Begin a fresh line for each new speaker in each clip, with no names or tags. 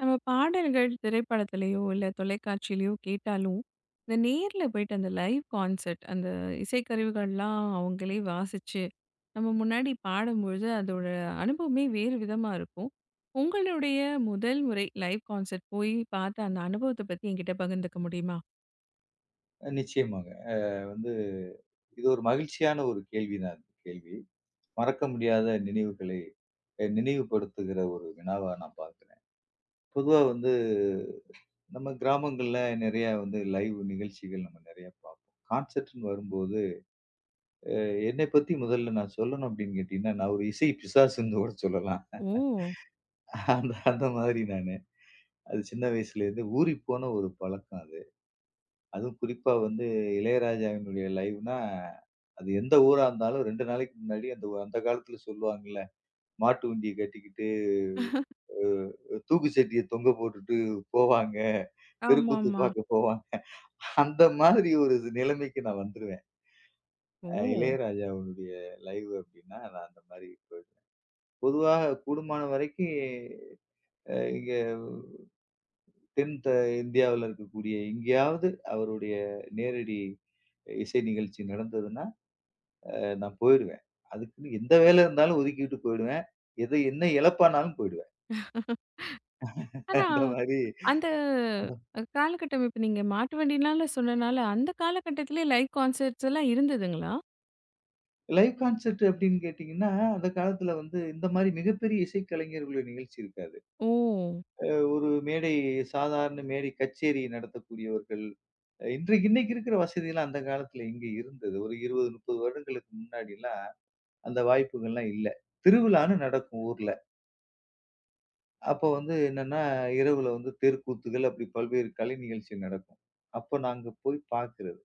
நம்ம பாடல்கள் திரைப்படத்திலேயோ இல்ல தொலைக்காட்சியிலயோ கேட்டாலும், இந்த நேர்ல போயிட்டு அந்த லைவ் கான்சர்ட் அந்த இசைக்கருவிகள்லாம் அவங்களே வாசிச்சு, நம்ம முன்னாடி பாடும்பொழுது அதோட அனுபவமே வேறு விதமா இருக்கும். உங்களுடைய முதல் முறை லைவ் கான்சர்ட் போய் பார்த்த அந்த அனுபவத்த பத்தி என்கிட்ட பகிர்ந்துக்க முடியுமா?
நிச்சயமாங்க. வந்து இது ஒரு மகிழ்ச்சியான ஒரு கேள்வி தான் இந்த கேள்வி. மறக்க முடியாத நினைவுகளை நினைவுபடுத்துகிற ஒரு வினாவா நான் பார்க்கிறேன். பொதுவா வந்து நம்ம கிராமங்கள்ல நெறையா வந்து லைவ் நிகழ்ச்சிகள் நம்ம நெறையா பார்ப்போம். கான்செர்ட்ன்னு வரும்போது, என்னை பத்தி முதல்ல நான் சொல்லணும் அப்படின்னு கேட்டீங்கன்னா, நான் ஒரு இசை பிசாசுன்னு கூட சொல்லலாம்.
ஓ!
அந்த அந்த மாதிரி நானு. அது சின்ன வயசுலேருந்து ஊறிப்போன ஒரு பழக்கம் அது. அதுவும் குறிப்பா வந்து இளையராஜாவினுடைய லைவ்னா, அது எந்த ஊரா இருந்தாலும் 2 நாளைக்கு முன்னாடி அந்த அந்த காலத்துல சொல்லுவாங்கல்ல, மாட்டு வண்டிய கட்டிக்கிட்டு, தூக்கு சட்டிய தொங்க போட்டுட்டு போவாங்க. தெருக்கூத்து
ஆமாமா.
பார்க்க போவாங்க. அந்த மாதிரி ஒரு நிலைமைக்கு நான் வந்துருவேன்.
ஓ!
இளையராஜாவினுடைய லைவ் அப்படின்னா, நான் அந்த மாரி போயிடுவேன். பொதுவா கூடுமான வரைக்கும் இங்க தென் த இந்தியாவுல இருக்கக்கூடிய எங்கேயாவது அவருடைய நேரடி இசை நிகழ்ச்சி நடந்ததுன்னா நான் போயிருவேன். அதுக்குன்னு எந்த வேலை இருந்தாலும் ஒதுக்கிட்டு போயிடுவேன். எது என்ன இழப்பானாலும் போயிடுவேன்.
ஆனா,
அந்த மாரி
அந்த
அந்த
அ காலகட்டம் இப்ப நீங்க மாட்டு வண்டினால சொன்னனால, அந்த காலகட்டத்திலேயே லைவ் கான்சர்ட்ஸ் எல்லாம் இருந்ததுங்களா?
லைவ் கான்செர்ட் அப்படின்னு கேட்டீங்கன்னா, அந்த காலத்துல வந்து இந்த மாரி மிகப்பெரிய இசைக்கலைஞர்களுடைய நிகழ்ச்சி இருக்காது.
ஓ!
அ ஒரு மேடை சாதாரண மேடை கச்சேரி நடத்தக்கூடியவர்கள், இன்னைக்கு இருக்கிற வசதிலாம் அந்த காலத்துல எங்க இருந்தது? ஒரு 20, 30 வருடங்களுக்கு முன்னாடிலாம் அந்த வாய்ப்புகள்லாம் இல்ல. திருவிழான்னு நடக்கும் ஊர்ல. அப்போ வந்து என்னன்னா, இரவுல வந்து தெருக்கூத்துகள் அப்படி பல்வேறு கலை நிகழ்ச்சி நடக்கும். அப்ப நாங்க போய் பார்க்கிறது.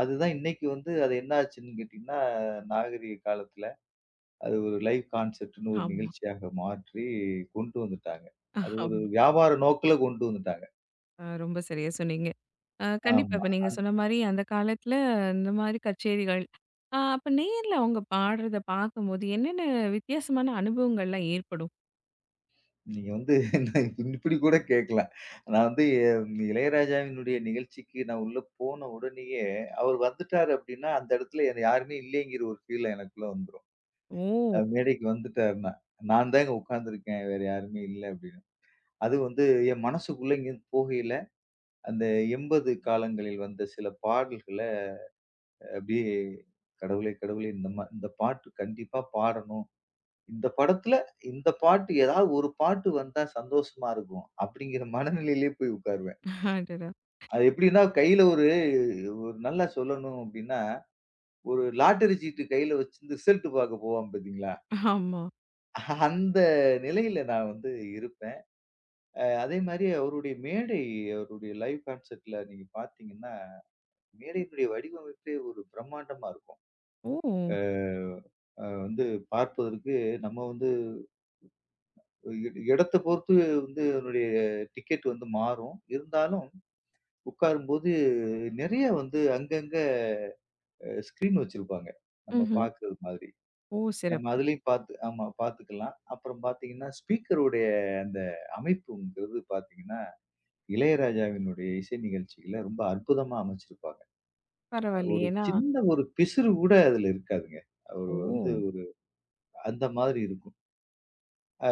அதுதான் இன்னைக்கு வந்து அது என்ன ஆச்சுன்னு கேட்டீங்கன்னா, நாகரீக காலத்துல அது ஒரு லைவ் கான்செர்ட்ன்னு ஒரு
ஆமா.
நிகழ்ச்சியாக மாற்றி கொண்டு வந்துட்டாங்க. அது ஒரு
ஆமா.
வியாபார நோக்குல கொண்டு வந்துட்டாங்க.
ரொம்ப சரியா சொன்னீங்க. கண்டிப்பா
ஆமா.
இப்ப நீங்க சொன்ன மாரி அந்த காலத்துல இந்த மாரி கச்சேரிகள், அப்ப நேர்ல அவங்க பாடுறத பார்க்கும்போது என்னென்ன வித்தியாசமான அனுபவங்கள்லாம் ஏற்படும்?
நீங்க வந்து நான் இப்படி கூட கேட்கலாம். நான் வந்து இளையராஜாவினுடைய நிகழ்ச்சிக்கு நான் உள்ள போன உடனேயே, அவர் வந்துட்டாரு அப்படின்னா, அந்த இடத்துல என்னை யாருமே இல்லைங்கிற ஒரு ஃபீல் எனக்குள்ள வந்துரும்.
ஓ!
மேடைக்கு வந்துட்டாருன்னா, நான் தாங்க உட்கார்ந்துருக்கேன். வேற யாருமே இல்ல அப்படின்னு. அது வந்து என் மனசுக்குள்ள இங்கேருந்து போகையில, அந்த 80 காலங்களில் வந்த சில பாடல்கள அப்படியே கடவுளே! கடவுளே! இந்த இந்த பாட்டு கண்டிப்பா பாடணும். இந்த படத்துல இந்த பாட்டு ஏதாவது ஒரு பாட்டு வந்தா சந்தோஷமா இருக்கும். அப்படிங்கிற மனநிலையிலே போய் உட்காருவேன்.
அடடா!
அது எப்படின்னா கையில ஒரு ஒரு நல்லா சொல்லணும் அப்படின்னா, ஒரு லாட்டரி சீட்டு கையில வச்சிருந்து ரிசல்ட் பார்க்க போவான் பார்த்தீங்களா?
ஆமா.
அந்த நிலையில நான் வந்து இருப்பேன். அதே மாரி அவருடைய மேடை, அவருடைய லைவ் கான்செர்ட்ல நீங்க பார்த்தீங்கன்னா, மேடையினுடைய வடிவமைப்பே ஒரு பிரம்மாண்டமா இருக்கும்.
ஓ!
அ அ வந்து பார்ப்பதற்கு நம்ம வந்து இடத்த பொறுத்து வந்து அதனுடைய டிக்கெட் வந்து மாறும். இருந்தாலும் உட்காரும்போது நெறைய வந்து அங்கங்க ஸ்க்ரீன் வச்சிருப்பாங்க. நம்ம
ம்ஹ்ம்.
பார்க்குறது மாதிரி.
ஓ!
நம்ம
சிறப்பு.
அதுலயும் பார்த்து ஆமா பார்த்துக்கலாம். அப்புறம் பார்த்தீங்கன்னா, ஸ்பீக்கருடைய அந்த அமைப்புங்கிறது பார்த்தீங்கன்னா இளையராஜாவினுடைய இசை நிகழ்ச்சிகள ரொம்ப அற்புதமா அமைச்சிருப்பாங்க.
பரவாயில்லையே!
ஒரு
ஏன்னா,
சின்ன ஒரு பிசுறு கூட அதுல இருக்காதுங்க. அவரு
ஓ!
வந்து ஒரு அந்த மாதிரி இருக்கும். அ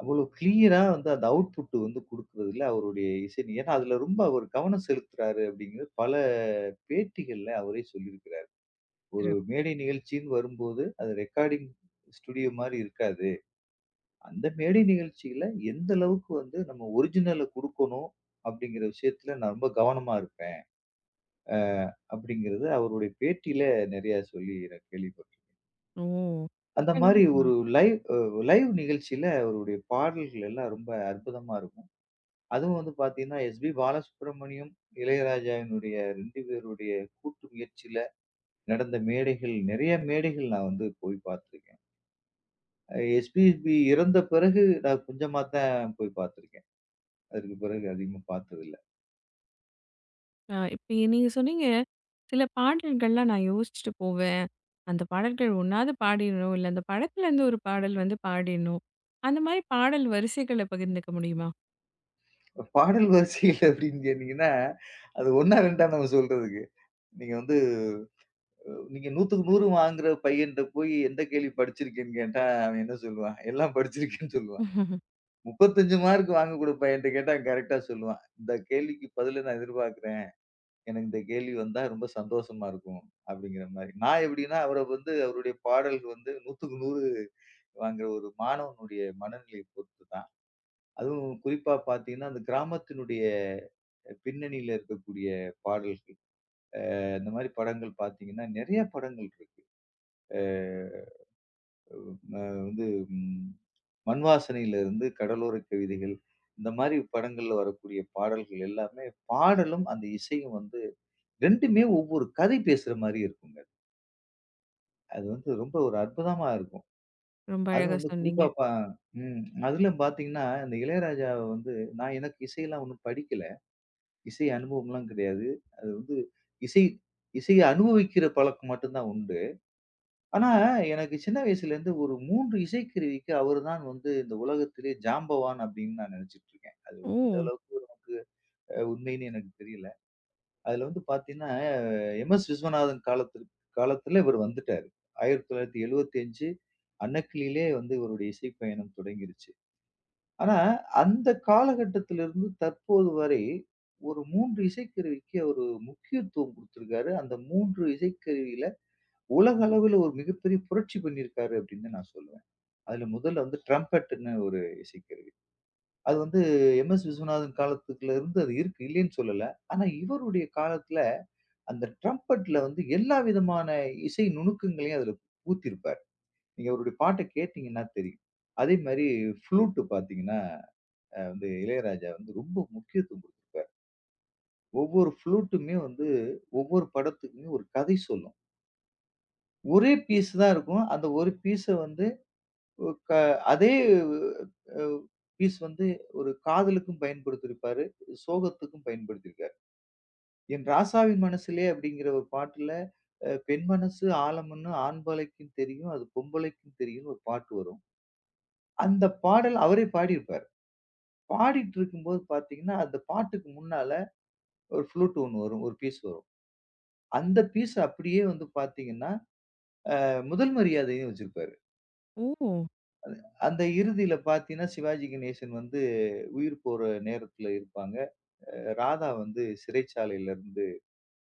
அவ்வளோ கிளியரா வந்து அந்த அவுட்புட் வந்து குடுக்குறதுல அவருடைய இசை ஏன்னா அதுல ரொம்ப அவர் கவனம் செலுத்துறாரு அப்படிங்கிறது பல பேட்டிகள்ல அவரே சொல்லியிருக்கிறாரு. ஒரு
சிறப்பு.
மேடை நிகழ்ச்சின்னு வரும்போது அது ரெக்கார்டிங் ஸ்டுடியோ மாரி இருக்காது. அந்த மேடை நிகழ்ச்சியில எந்த அளவுக்கு வந்து நம்ம ஒரிஜினல குடுக்கணும் அப்படிங்கிற விஷயத்துல நான் ரொம்ப கவனமா இருப்பேன். அ அப்படிங்கிறது அவருடைய பேட்டியில நிறைய சொல்லி நான் கேள்விப்பட்டேன்.
ஓ!
அந்த மாரி
கண்டிப்பா.
ஒரு லைவ் நிகழ்ச்சியில அவருடைய பாடல்கள் எல்லாம் ரொம்ப அற்புதமா இருக்கும். அதுவும் வந்து பார்த்தீங்கன்னா, எஸ்பி பாலசுப்ரமணியம், இளையராஜாவினுடைய 2 பேருடைய கூட்டு முயற்சியில நடந்த மேடைகள் நிறைய மேடைகள் நான் வந்து போய் பார்த்துருக்கேன். எஸ்பிபி இறந்த பிறகு நான் கொஞ்சமா தான் போய் பார்த்துருக்கேன். அதுக்கு பிறகு அதிகமா பார்த்ததில்ல.
இப்ப நீங்க சொன்னீங்க, சில பாடல்கள்லாம் நான் யோசிச்சுட்டு போவேன். அந்த பாடல்கள் ஒண்ணாவது பாடிடணும், இல்ல அந்த படத்துலேருந்து ஒரு பாடல் வந்து பாடிடணும். அந்த மாரி பாடல் வரிசைகள பகிர்ந்துக்க முடியுமா?
பாடல் வரிசைகள் அப்படின்னு கேட்டீங்கன்னா, அது 1ஆ 2ஆ நம்ம சொல்றதுக்கு. நீங்க வந்து நீங்க 100க்கு 100 வாங்குற பையன்ட்ட போய் எந்த கேள்வி படிச்சிருக்கேன்னு கேட்டா, அவன் என்ன சொல்லுவான்? எல்லாம் படிச்சிருக்கேன்னு சொல்லுவான். 35 மார்க் வாங்கக்கூடிய பையன்ட்ட கேட்டா, அவன் கரெக்ட்டா சொல்லுவான். இந்த கேள்விக்கு பதில நான் எதிர்பார்க்கிறேன். எனக்கு இந்த கேள்வி வந்தா ரொம்ப சந்தோஷமா இருக்கும். அப்படிங்கிற மாரி. நான் எப்படின்னா, அவர வந்து அவருடைய பாடல் வந்து 100க்கு 100 வாங்குற ஒரு மாணவனுடைய மனநிலையை பொறுத்து தான். அதுவும் குறிப்பா பார்த்தீங்கன்னா, அந்த கிராமத்தினுடைய பின்னணியில இருக்கக்கூடிய பாடல்கள். அந்த மாரி படங்கள் பார்த்தீங்கன்னா, நெறைய படங்கள் இருக்கு. அ. அ வந்து ம் மண் வாசனையிலிருந்து கடலோர கவிதைகள், இந்த மாரி படங்கள்ல வரக்கூடிய பாடல்கள் எல்லாமே பாடலும், அந்த இசையும் வந்து 2மே ஒவ்வொரு கதை பேசுற மாரி இருக்குங்க. அது வந்து ரொம்ப ஒரு அற்புதமா இருக்கும்.
ரொம்ப
அதுவும்
அழகா
வந்து
சொன்னீங்க.
குறிப்பா பா ம். அதிலும் பார்த்தீங்கன்னா, இந்த இளையராஜாவ வந்து எனக்கு இசையெல்லாம் ஒண்ணும் படிக்கல. இசை அனுபவம்லாம் கிடையாது. அது வந்து இசை இசைய அனுபவிக்கிற பழக்கம் மட்டும் தான் உண்டு. ஆனா, எனக்கு சின்ன வயசுலேருந்து ஒரு 3 இசைக்கருவிக்கு அவர் தான் வந்து இந்த உலகத்திலே ஜாம்பவான் அப்படின்னு நான் நினைச்சுட்டுருக்கேன். அது எந்த
ஓ!
அளவுக்கு நமக்கு உண்மைன்னு எனக்கு தெரியல. அதுல வந்து பார்த்தீங்கன்னா, எம்.எஸ். விஸ்வநாதன் காலத்திற்கு காலத்துல இவர் வந்துட்டாரு. 1975 அன்னக்கிளியிலே வந்து இவருடைய இசைப் பயணம் தொடங்கிருச்சு. ஆனா, அந்த காலகட்டத்திலிருந்து தற்போது வரை ஒரு 3 இசைக்கருவிக்கு அவரு முக்கியத்துவம் குடுத்திருக்காரு. அந்த 3 இசைக்கருவியில உலக அளவுல ஒரு மிகப்பெரிய புரட்சி பண்ணியிருக்காரு அப்படின்னு தான் நான் சொல்லுவேன். அதுல முதல்ல வந்து ட்ரம்பெட்ன்னு ஒரு இசைக்கருவி. அது வந்து எம்.எஸ். விஸ்வநாதன் காலத்துல இருந்து அது இருக்கு, இல்லைன்னு சொல்லல. ஆனா இவருடைய காலத்துல அந்த ட்ரம்பெட்ல வந்து எல்லா விதமான இசை நுணுக்கங்களையும் அதுல பூத்திருப்பார். நீங்க அவருடைய பாட்ட கேட்டீங்கன்னா தெரியும். அதே மாரி ஃப்ளூட் பாத்தீங்கன்னா, வந்து இளையராஜா வந்து ரொம்ப முக்கியத்துவம் குடுத்திருப்பார். ஒவ்வொரு ஃப்ளூட்டுமே வந்து ஒவ்வொரு படத்துக்குமே ஒரு கதை சொல்லும். ஒரே பீஸ் தான் இருக்கும். அந்த ஒரு பீஸ வந்து ஒ க அதே அ பீஸ் வந்து ஒரு காதலுக்கும் பயன்படுத்தியிருப்பாரு. சோகத்துக்கும் பயன்படுத்தியிருக்காரு. "என் ராசாவின் மனசிலே" அப்படிங்கிற ஒரு பாட்டுல, பெண் மனசு ஆழம்ன்னு ஆண்பலைக்கும் தெரியும், அது பொம்பளைக்கும் தெரியும்ன்னு ஒரு பாட்டு வரும். அந்த பாடல் அவரே பாடியிருப்பாரு. பாடிட்டு இருக்கும்போது பார்த்தீங்கன்னா, அந்த பாட்டுக்கு முன்னால ஒரு ஃப்ளூட் ஒண்ணு வரும். ஒரு பீஸ் வரும். அந்த பீஸ் அப்படியே வந்து பார்த்தீங்கன்னா, முதல் மரியாதையும் வச்சிருப்பாரு.
ஓ!
அந்த இறுதியில பார்த்தீங்கன்னா, சிவாஜி கணேசன் வந்து உயிர் போற நேரத்துல இருப்பாங்க. ராதா வந்து சிறைச்சாலையில இருந்து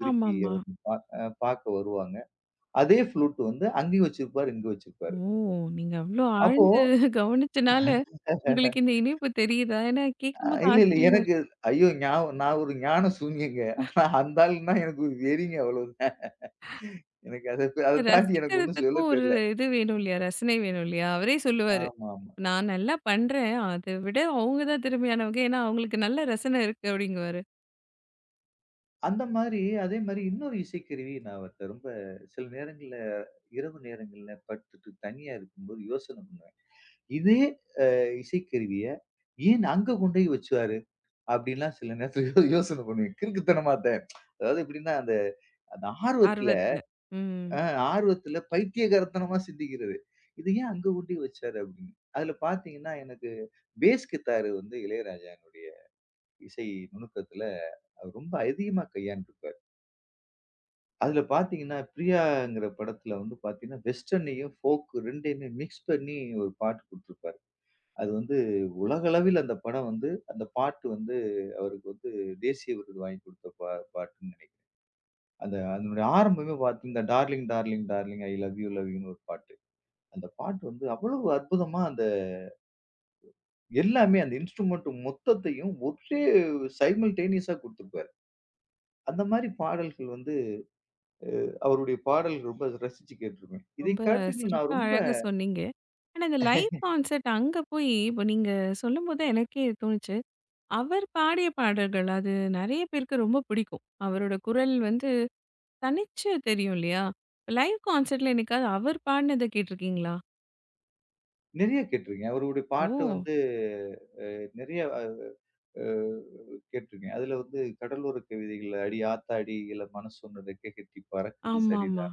திருப்பி
ஆமாமா.
அவர பா அ பாக்க வருவாங்க. அதே ஃப்ளூட் வந்து அங்கேயும் வச்சிருப்பாரு, இங்க வச்சிருப்பாரு.
ஓ! நீங்க அவ்ளோ
அப்போ
ஆழ்ந்து கவனிச்சனால, உங்களுக்கு இந்த இணைப்பு தெரியுதா? ஏன்னா கேட்கும்போது
இல்ல, இல்ல
ஆச்சரியமா
எனக்கு ஐயோ! ஞாபகம் நான் ஒரு ஞான சூன்யங்க. ஆனா அந்த ஆளுன்னா எனக்கு ஒரு வெறிங்க அவ்வளவுதான். எனக்கு அத அத தாண்டி எனக்கு ஒண்ணும் சொல்ல
ரசிக்கிறதுக்கும் ஒரு
தெரியல.
இது வேணும் இல்லையா? ரசனை வேணும் இல்லையா? அவரே சொல்லுவாரு.
ஆமாமா.
நான் நல்லா பண்றேன். அத விட அவங்க தான் திறமையானவங்க. ஏன்னா, அவங்களுக்கு நல்ல ரசனை இருக்கு அப்படிங்குவாரு.
அந்த மாரி அதே மாரி இன்னொரு இசைக்கருவி நான் அவர்ட்ட ரொம்ப சில நேரங்கள்ல இரவு நேரங்கள்ல படுத்துட்டு தனியா இருக்கும்போது யோசனை பண்ணுவேன். இதே இசைக்கருவிய ஏன் அங்க கொண்டு போய் வச்சாரு? அப்படின்லாம் சில நேரத்துல யோசனை பண்ணுவேன். கிறுக்குத்தனமா அத. அதாவது எப்படின்னா, அந்த அந்த
ஆர்வத்துல. ம்.
அ ஆர்வத்துல பைத்தியக்காரத்தனமா சிந்திக்கிறது. "இத ஏன் அங்க கொண்டு போய் வச்சாரு?" அப்படின்னு. அதுல பார்த்தீங்கன்னா, எனக்கு பேஸ் கித்தார் வந்து இளையராஜாவினுடைய இசை நுணுக்கத்துல அவர் ரொம்ப அதிகமா கையாண்டிருப்பார். அதுல பார்த்தீங்கன்னா, "பிரியாங்கிற" படத்துல வந்து பார்த்தீங்கன்னா, வெஸ்டர்னையும், ஃபோக் 2யுமே மிக்ஸ் பண்ணி ஒரு பாட்டு குடுத்திருப்பாரு. அது வந்து உலகளவில் அந்த படம் வந்து அந்த பாட்டு வந்து அவருக்கு வந்து தேசிய விருது வாங்கி குடுத்த பாட்டுன்னு நெனைக்கிறேன். அந்த அதனுடைய ஆரம்பமே பார்த்தீங்க இந்த darling, darling, darling I love you, love யூன்னு ஒரு பாட்டு. அந்த பாட்டு வந்து அவ்வளவு அற்புதமா அந்த எல்லாமே அந்த இன்ஸ்ட்ருமென்ட் மொத்தத்தையும் ஒரே சைமல்டேனியஸா குடுத்திருப்பாரு. அந்த மாரி பாடல்கள் வந்து அவருடைய பாடல்கள் ரொம்ப ரசிச்சு கேட்டுருப்பேன். இதை
ரொம்ப
காட்டிலும் நான்
சிறப்பா,
ரொம்ப
அழகா சொன்னீங்க. ஆனா இந்த லைவ் கான்சர்ட் அங்க போய் இப்போ நீங்க சொல்லும்போது தான் எனக்கே தோணுச்சு. அவர் பாடிய பாடல்கள் அது நெறைய பேருக்கு ரொம்ப பிடிக்கும். அவரோட குரல் வந்து தனிச்சு தெரியும் இல்லையா? லைவ் கான்சர்ட்ல என்னைக்காவது அவர் பாடினத கேட்டிருக்கீங்களா?
நெறைய கேட்டுருக்கேன். அவருடைய
ஓ!
பாட்டு வந்து அ நெறைய அ அ கேட்டுருக்கேன். அதுல வந்து கடலோர கவிதைகள் "அடி ஆத்தாடி இள மனசொன்னுற கேக்கத்தி பறக்குது சரி
ஆமாமா.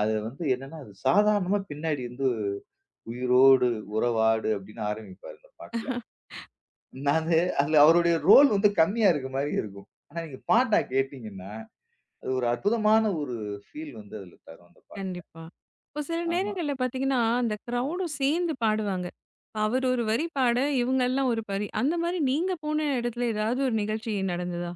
அது வந்து என்னன்னா, அது சாதாரணமா பின்னாடி வந்து "உயிரோடு உறவாடு" அப்படின்னு ஆரம்பிப்பாரு அந்த பாட்டுல. நானு அதுல அவருடைய ரோல் வந்து கம்மியா இருக்க மாரி இருக்கும். ஆனா நீங்க பாட்டா கேட்டீங்கன்னா, அது ஒரு அற்புதமான ஒரு ஃபீல் வந்து அதுல தரும் அந்த பாட்டுல.
கண்டிப்பா. இப்போ சில
ஆமா.
நேரங்கள்ல பார்த்தீங்கன்னா, அந்த கிரவுடும் சேர்ந்து பாடுவாங்க. இப்ப அவர் ஒரு வரி பாட, இவங்கெல்லாம் ஒரு வரி. அந்த மாரி நீங்க போன இடத்துல ஏதாவது ஒரு நிகழ்ச்சி நடந்ததா?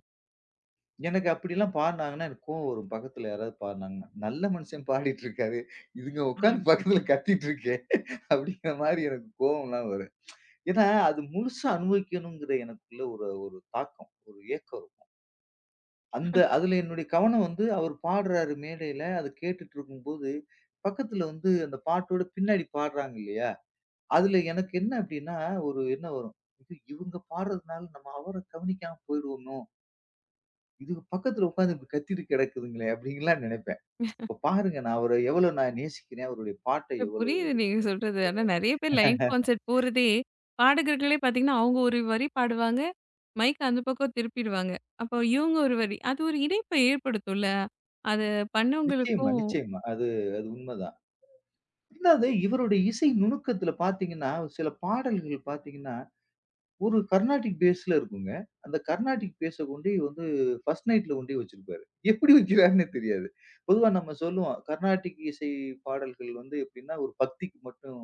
எனக்கு அப்படிலாம் பாடுனாங்கன்னா எனக்கு கோவம் வரும். பக்கத்துல யாராவது பாடுனாங்கன்னா, "நல்ல மனுஷன் பாடிட்டு இருக்காரு. இதுங்க உட்காந்து
அது.
பக்கத்துல கத்திட்டு இருக்கே" அப்படிங்கிற மாரி எனக்கு கோவம்லாம் வரும். ஏன்னா, அது முழுசா அனுபவிக்கணுங்கிற எனக்குள்ள ஒரு ஒரு தாக்கம், ஒரு ஏக்கம். அந்த அதுல என்னுடைய கவனம் வந்து அவர் பாடுறாரு மேடையில, அத கேட்டுட்டு இருக்கும்போது, பக்கத்துல வந்து அந்த பாட்டோட பின்னாடி பாடுறாங்க இல்லையா? அதுல எனக்கு என்ன அப்டின்னா, ஒரு எண்ணம் வரும். இது இவங்க பாடுறதுனால நம்ம அவர கவனிக்காம போயிடுவோமோ! இதுக்கு பக்கத்துல உட்கார்ந்து இப்டி கத்திட்டு கிடக்குதுங்களே! அப்டின்லாம் நினைப்பேன். இப்ப பாருங்க அவர எவ்வளோ நான் நேசிக்கிறேன். அவருடைய பாட்ட
எனக்கு
எவ்வளோ
புரியுது நீங்க
இருக்கு.
சொல்றது. ஆனா நெறைய பேர் லைவ் கான்சர்ட் போறதே, பாடகர்களே பார்த்தீங்கன்னா, அவங்க ஒரு வரி பாடுவாங்க. மைக் அந்த பக்கம் திருப்பிடுவாங்க. அப்போ இவங்க ஒரு வரி. அது ஒரு இணைப்ப ஏற்படுத்தும்ல. அது
நிச்சயமா,
பண்ணவங்களுக்கும்
நிச்சயமா. அது அது உண்மதான். ரெண்டாவது இவருடைய இசை நுணுக்கத்துல பார்த்தீங்கன்னா, சில பாடல்கள் பார்த்தீங்கன்னா ஒரு கர்நாடிக் பேஸ்ல இருக்குங்க. அந்த கர்நாடிக் பேஸ கொண்டோய் வந்து ஃபர்ஸ்ட் நைட்ல கொண்டோய் வச்சிருப்பாரு. எப்படி வைக்கிறாருன்னே தெரியாது. பொதுவா நம்ம சொல்லுவோம். கர்நாடிக் இசை பாடல்கள் வந்து எப்படின்னா, ஒரு பக்திக்கு மட்டும்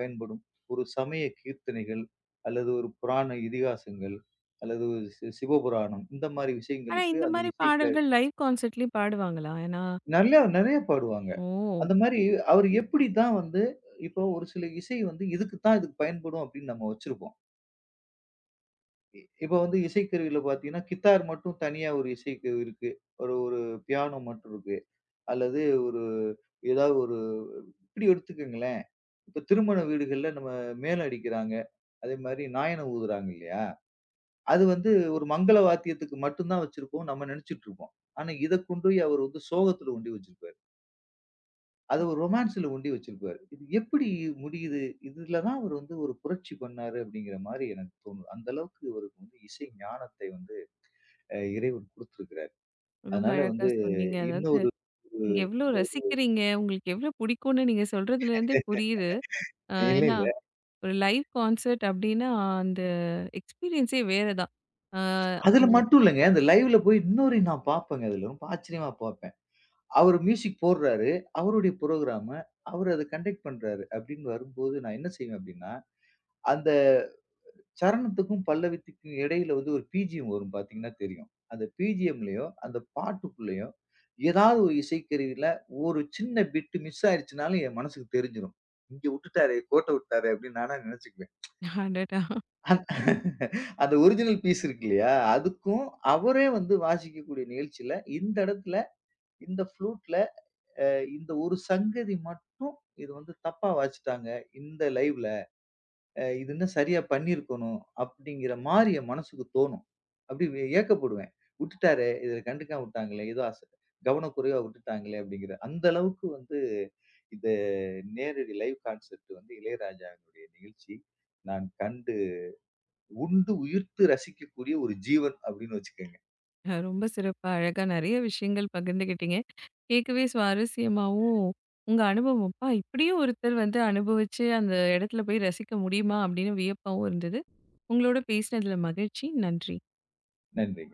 பயன்படும். ஒரு சமய கீர்த்தனைகள், அல்லது ஒரு புராண இதிகாசங்கள், அல்லது ஒரு சிவபுராணம் இந்த மாரி
ஆனா
விஷயங்களுக்கு
இந்த
அந்த
மாரி
இசைக்க
பாடல்கள் லைவ் கான்சர்ட்லயும் பாடுவாங்களா? ஏன்னா,
நல்லா நெறைய பாடுவாங்க.
ஓ!
அந்த மாரி அவர் எப்படி தான் வந்து இப்போ ஒரு சில இசை வந்து இதுக்கு தான் இதுக்கு பயன்படும் அப்படின்னு நம்ம வச்சிருப்போம். இப்ப வந்து இசைக்கருவியில பார்த்தீங்கன்னா, கித்தார் மட்டும் தனியா ஒரு இசைக்கருவி இருக்கு. ஒரு ஒரு பியானோ மட்டும் இருக்கு. அல்லது ஒரு ஏதாவது ஒரு இப்படி எடுத்துக்கங்களேன். இப்ப திருமண வீடுகள்ல நம்ம மேளம் அடிக்கிறாங்க. அதே மாரி நாயனம் ஊதுறாங்க இல்லையா? அது வந்து ஒரு மங்கள வாத்தியத்துக்கு மட்டும் தான் வச்சிருப்போம். நம்ம நினைச்சுட்டு இருப்போம். ஆனா இத கொண்டு போய் அவர் வந்து சோகத்துல கொண்டு போய் வச்சிருப்பாரு. அத ஒரு ரொமான்ஸ்ல கொண்டு போய் வச்சிருப்பாரு. இது எப்படி முடியுது? இதுல தான் அவர் வந்து ஒரு புரட்சி பண்ணாரு அப்படிங்கிற மாரி எனக்கு தோணுது. அந்த அளவுக்கு இவருக்கு வந்து இசை ஞானத்தை வந்து இறைவன் குடுத்திருக்கிறார்.
ரொம்ப
அதனால
அழகா
வந்து
சொன்னீங்க. அதாவது
இன்னொரு ஒரு
நீங்க எவ்ளோ
இன்னொரு
ரசிக்கிறீங்க, உங்களுக்கு எவ்ளோ பிடிக்கும்னு நீங்க சொல்றதுலேருந்தே புரியுது.
இல்ல,
ஏன்னா,
இல்ல.
ஒரு லைவ் கான்சர்ட் அப்டின்னா, அந்த எக்ஸ்பீரியன்ஸே வேற தான். அ
அதுல
அந்த
மட்டும் இல்லங்க. அந்த லைவ்ல போய் இன்னொரு நான் பார்ப்பேங்க அதுல. ரொம்ப ஆச்சரியமா பார்ப்பேன். அவரு மியூசிக் போடுறாரு. அவருடைய புரோகிராம அவரு அத கண்டக்ட் பண்றாரு அப்படின்னு வரும்போது, நான் என்ன செய்வேன் அப்படின்னா, அந்த சரணத்துக்கும், பல்லவித்துக்கும் இடையில வந்து ஒரு பிஜிஎம் வரும் பார்த்தீங்கன்னா தெரியும். அந்த பிஜிஎம்லயும், அந்த பாட்டுக்குள்ளயும் ஏதாவது ஒரு இசைக்கருவியில ஒரு சின்ன பிட் மிஸ் ஆயிருச்சுனாலும் என் மனசுக்கு தெரிஞ்சிரும். இங்க விட்டுட்டாரே, கோட்ட விட்டாரே அப்படின்னு நானா நினைச்சுக்குவேன்.
அடடா!
அந் அந்த ஒரிஜினல் பீஸ் இருக்கு இல்லையா? அதுக்கும் அவரே வந்து வாசிக்கக்கூடிய நிகழ்ச்சியில, இந்த இடத்துல, இந்த ஃப்ளூட்ல இந்த ஒரு சங்கதி மட்டும் இது வந்து தப்பா வாசிச்சுட்டாங்க. இந்த லைவ்ல. இது இன்னும் சரியா பண்ணியிருக்கணும். அப்படிங்கிற மாரி என் மனசுக்கு தோணும். அப்படி ஏக்கப்படுவேன். விட்டுட்டாரே! இத கண்டுக்காம விட்டாங்களே! ஏதோ கவனக்குறைவா விட்டுட்டாங்களே! அப்படிங்கிற அந்த அளவுக்கு வந்து இந்த நேரடி லைவ் கான்செர்ட் வந்து இளையராஜாவினுடைய நிகழ்ச்சி நான் கண்டு உண்டு உயிர்த்து ரசிக்கக்கூடிய ஒரு ஜீவன் அப்படின்னு வச்சுக்கங்க.
ரொம்ப சிறப்பா, அழகா நெறைய விஷயங்கள் பகிர்ந்துக்கிட்டீங்க. கேட்கவே சுவாரஸ்யமாவும், உங்க அனுபவம், "அப்பா! இப்படியும் ஒருத்தர் வந்து அனுபவிச்சு அந்த இடத்துல போய் ரசிக்க முடியுமா?" அப்படின்னு வியப்பாவும் இருந்தது. உங்களோட பேசினதுல மகிழ்ச்சி. நன்றி.
நன்றி.